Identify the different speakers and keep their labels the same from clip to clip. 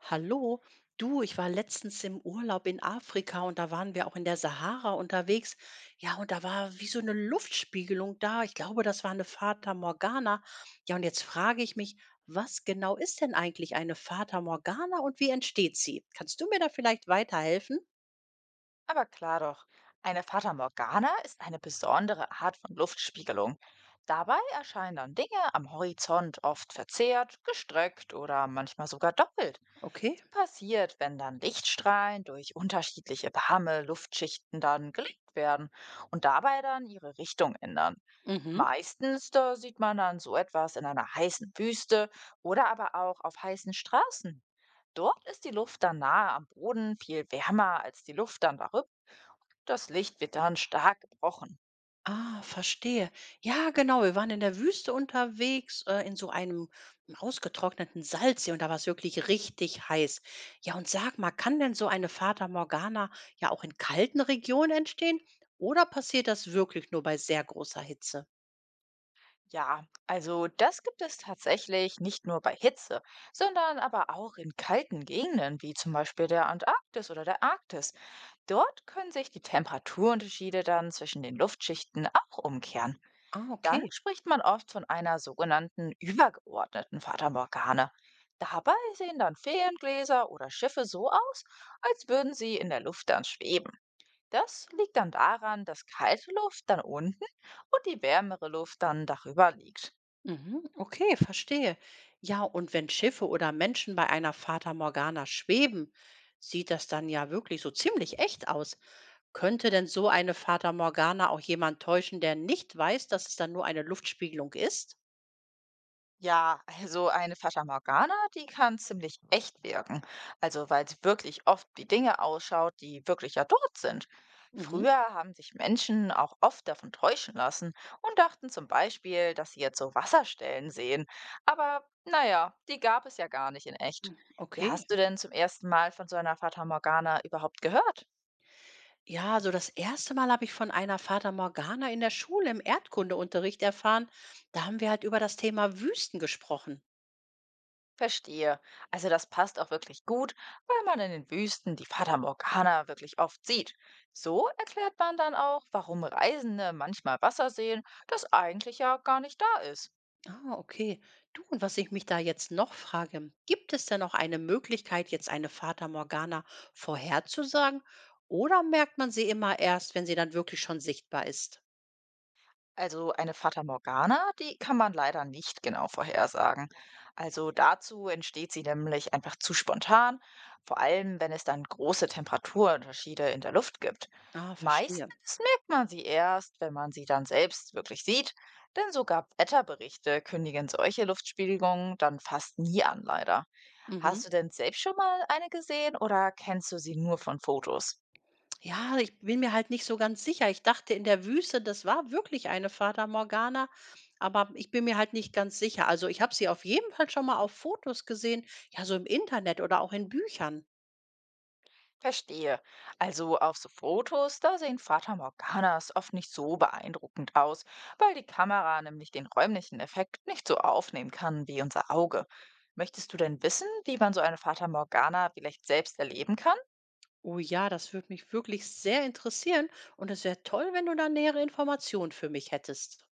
Speaker 1: Hallo, du, ich war letztens im Urlaub in Afrika und da waren wir auch in der Sahara unterwegs. Ja, und da war wie so eine Luftspiegelung da. Ich glaube, das war eine Fata Morgana. Ja, und jetzt frage ich mich, was genau ist denn eigentlich eine Fata Morgana und wie entsteht sie? Kannst du mir da vielleicht weiterhelfen?
Speaker 2: Aber klar doch, eine Fata Morgana ist eine besondere Art von Luftspiegelung. Dabei erscheinen dann Dinge am Horizont oft verzerrt, gestreckt oder manchmal sogar doppelt.
Speaker 1: Okay.
Speaker 2: Sie passiert, wenn dann Lichtstrahlen durch unterschiedliche warme Luftschichten dann gelenkt werden und dabei dann ihre Richtung ändern.
Speaker 1: Mhm.
Speaker 2: Meistens da sieht man dann so etwas in einer heißen Wüste oder aber auch auf heißen Straßen. Dort ist die Luft dann nahe am Boden viel wärmer als die Luft dann darüber. Das Licht wird dann stark gebrochen.
Speaker 1: Ah, verstehe. Ja, genau. Wir waren in der Wüste unterwegs, in so einem ausgetrockneten Salzsee und da war es wirklich richtig heiß. Ja, und sag mal, kann denn so eine Fata Morgana ja auch in kalten Regionen entstehen? Oder passiert das wirklich nur bei sehr großer Hitze?
Speaker 2: Ja, also das gibt es tatsächlich nicht nur bei Hitze, sondern aber auch in kalten Gegenden wie zum Beispiel der Antarktis oder der Arktis. Dort können sich die Temperaturunterschiede dann zwischen den Luftschichten auch umkehren.
Speaker 1: Ah,
Speaker 2: Dann
Speaker 1: okay.
Speaker 2: spricht man oft von einer sogenannten übergeordneten Fata Morgane. Dabei sehen dann Feengläser oder Schiffe so aus, als würden sie in der Luft dann schweben. Das liegt dann daran, dass kalte Luft dann unten und die wärmere Luft dann darüber liegt.
Speaker 1: Mhm, okay, verstehe. Ja, und wenn Schiffe oder Menschen bei einer Fata Morgana schweben, sieht das dann ja wirklich so ziemlich echt aus. Könnte denn so eine Fata Morgana auch jemand täuschen, der nicht weiß, dass es dann nur eine Luftspiegelung ist?
Speaker 2: Ja, also eine Fata Morgana, die kann ziemlich echt wirken. Also weil sie wirklich oft wie Dinge ausschaut, die wirklich ja dort sind.
Speaker 1: Mhm,
Speaker 2: Früher haben sich Menschen auch oft davon täuschen lassen und dachten zum Beispiel, dass sie jetzt so Wasserstellen sehen. Aber naja, die gab es ja gar nicht in echt. Wie
Speaker 1: okay.
Speaker 2: hast du denn zum ersten Mal von so einer Fata Morgana überhaupt gehört?
Speaker 1: Ja, so das erste Mal habe ich von einer Fata Morgana in der Schule im Erdkundeunterricht erfahren. Da haben wir halt über das Thema Wüsten gesprochen.
Speaker 2: Verstehe. Also das passt auch wirklich gut, weil man in den Wüsten die Fata Morgana wirklich oft sieht. So erklärt man dann auch, warum Reisende manchmal Wasser sehen, das eigentlich ja gar nicht da ist.
Speaker 1: Ah, okay. Du, und was ich mich da jetzt noch frage, gibt es denn auch eine Möglichkeit, jetzt eine Fata Morgana vorherzusagen? Oder merkt man sie immer erst, wenn sie dann wirklich schon sichtbar ist?
Speaker 2: Also eine Fata Morgana, die kann man leider nicht genau vorhersagen. Also dazu entsteht sie nämlich einfach zu spontan, vor allem wenn es dann große Temperaturunterschiede in der Luft gibt.
Speaker 1: Ah, verstehe.
Speaker 2: Meistens merkt man sie erst, wenn man sie dann selbst wirklich sieht, denn sogar Wetterberichte kündigen solche Luftspiegelungen dann fast nie an, leider.
Speaker 1: Mhm.
Speaker 2: Hast du denn selbst schon mal eine gesehen oder kennst du sie nur von Fotos?
Speaker 1: Ja, ich bin mir halt nicht so ganz sicher. Ich dachte in der Wüste, das war wirklich eine Fata Morgana, aber ich bin mir halt nicht ganz sicher. Also ich habe sie auf jeden Fall schon mal auf Fotos gesehen, ja, so im Internet oder auch in Büchern.
Speaker 2: Verstehe. Also auf so Fotos, da sehen Fata Morganas oft nicht so beeindruckend aus, weil die Kamera nämlich den räumlichen Effekt nicht so aufnehmen kann wie unser Auge. Möchtest du denn wissen, wie man so eine Fata Morgana vielleicht selbst erleben kann?
Speaker 1: Oh ja, das würde mich wirklich sehr interessieren und es wäre toll, wenn du da nähere Informationen für mich hättest.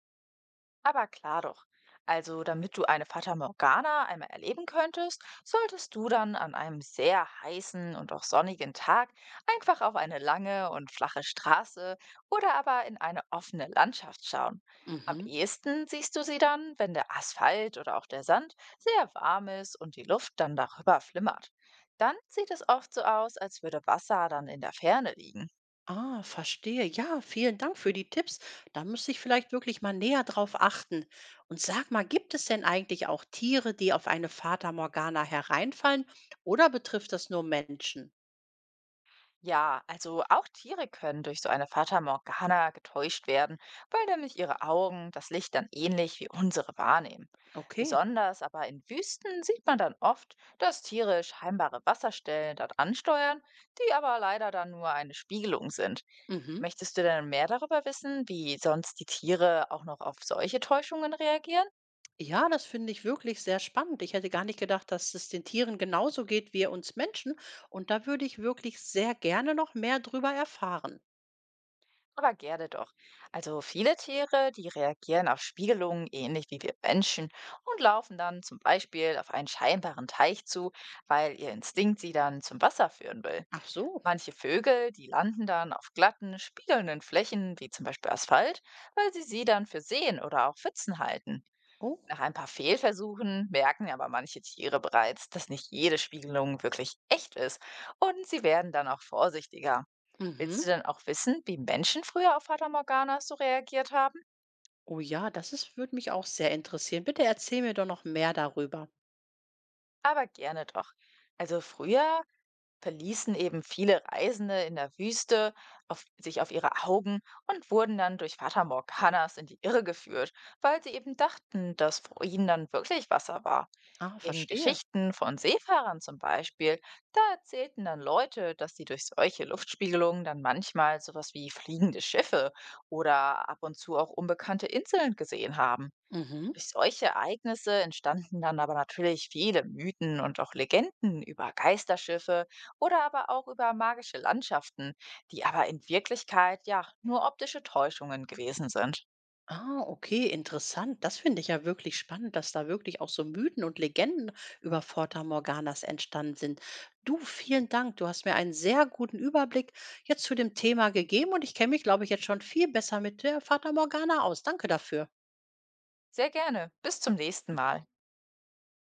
Speaker 2: Aber klar doch. Also, damit du eine Fata Morgana einmal erleben könntest, solltest du dann an einem sehr heißen und auch sonnigen Tag einfach auf eine lange und flache Straße oder aber in eine offene Landschaft schauen. Am
Speaker 1: Mhm.
Speaker 2: ehesten siehst du sie dann, wenn der Asphalt oder auch der Sand sehr warm ist und die Luft dann darüber flimmert. Dann sieht es oft so aus, als würde Wasser dann in der Ferne liegen.
Speaker 1: Ah, verstehe. Ja, vielen Dank für die Tipps. Da müsste ich vielleicht wirklich mal näher drauf achten. Und sag mal, gibt es denn eigentlich auch Tiere, die auf eine Fata Morgana hereinfallen oder betrifft das nur Menschen?
Speaker 2: Ja, also auch Tiere können durch so eine Fata Morgana getäuscht werden, weil nämlich ihre Augen das Licht dann ähnlich wie unsere wahrnehmen.
Speaker 1: Okay.
Speaker 2: Besonders aber in Wüsten sieht man dann oft, dass Tiere scheinbare Wasserstellen dort ansteuern, die aber leider dann nur eine Spiegelung sind.
Speaker 1: Mhm.
Speaker 2: Möchtest du denn mehr darüber wissen, wie sonst die Tiere auch noch auf solche Täuschungen reagieren?
Speaker 1: Ja, das finde ich wirklich sehr spannend. Ich hätte gar nicht gedacht, dass es den Tieren genauso geht wie uns Menschen. Und da würde ich wirklich sehr gerne noch mehr drüber erfahren.
Speaker 2: Aber gerne doch. Also viele Tiere, die reagieren auf Spiegelungen ähnlich wie wir Menschen und laufen dann zum Beispiel auf einen scheinbaren Teich zu, weil ihr Instinkt sie dann zum Wasser führen will.
Speaker 1: Ach so.
Speaker 2: Manche Vögel, die landen dann auf glatten, spiegelnden Flächen wie zum Beispiel Asphalt, weil sie sie dann für Seen oder auch Pfützen halten. Nach
Speaker 1: Oh.
Speaker 2: ein paar Fehlversuchen merken aber manche Tiere bereits, dass nicht jede Spiegelung wirklich echt ist und sie werden dann auch vorsichtiger.
Speaker 1: Mhm.
Speaker 2: Willst du denn auch wissen, wie Menschen früher auf Fata Morgana so reagiert haben?
Speaker 1: Oh ja, würde mich auch sehr interessieren. Bitte erzähl mir doch noch mehr darüber.
Speaker 2: Aber gerne doch. Also früher verließen eben viele Reisende in der Wüste auf, sich auf ihre Augen und wurden dann durch Fata Morganas in die Irre geführt, weil sie eben dachten, dass vor ihnen dann wirklich Wasser war.
Speaker 1: Ah,
Speaker 2: In
Speaker 1: verstehe.
Speaker 2: Geschichten von Seefahrern zum Beispiel, da erzählten dann Leute, dass sie durch solche Luftspiegelungen dann manchmal sowas wie fliegende Schiffe oder ab und zu auch unbekannte Inseln gesehen haben.
Speaker 1: Mhm.
Speaker 2: Durch solche Ereignisse entstanden dann aber natürlich viele Mythen und auch Legenden über Geisterschiffe oder aber auch über magische Landschaften, die aber in Wirklichkeit ja nur optische Täuschungen gewesen sind.
Speaker 1: Ah, okay, interessant. Das finde ich ja wirklich spannend, dass da wirklich auch so Mythen und Legenden über Fata Morganas entstanden sind. Du, vielen Dank. Du hast mir einen sehr guten Überblick jetzt zu dem Thema gegeben und ich kenne mich, glaube ich, jetzt schon viel besser mit der Fata Morgana aus. Danke dafür.
Speaker 2: Sehr gerne. Bis zum nächsten Mal.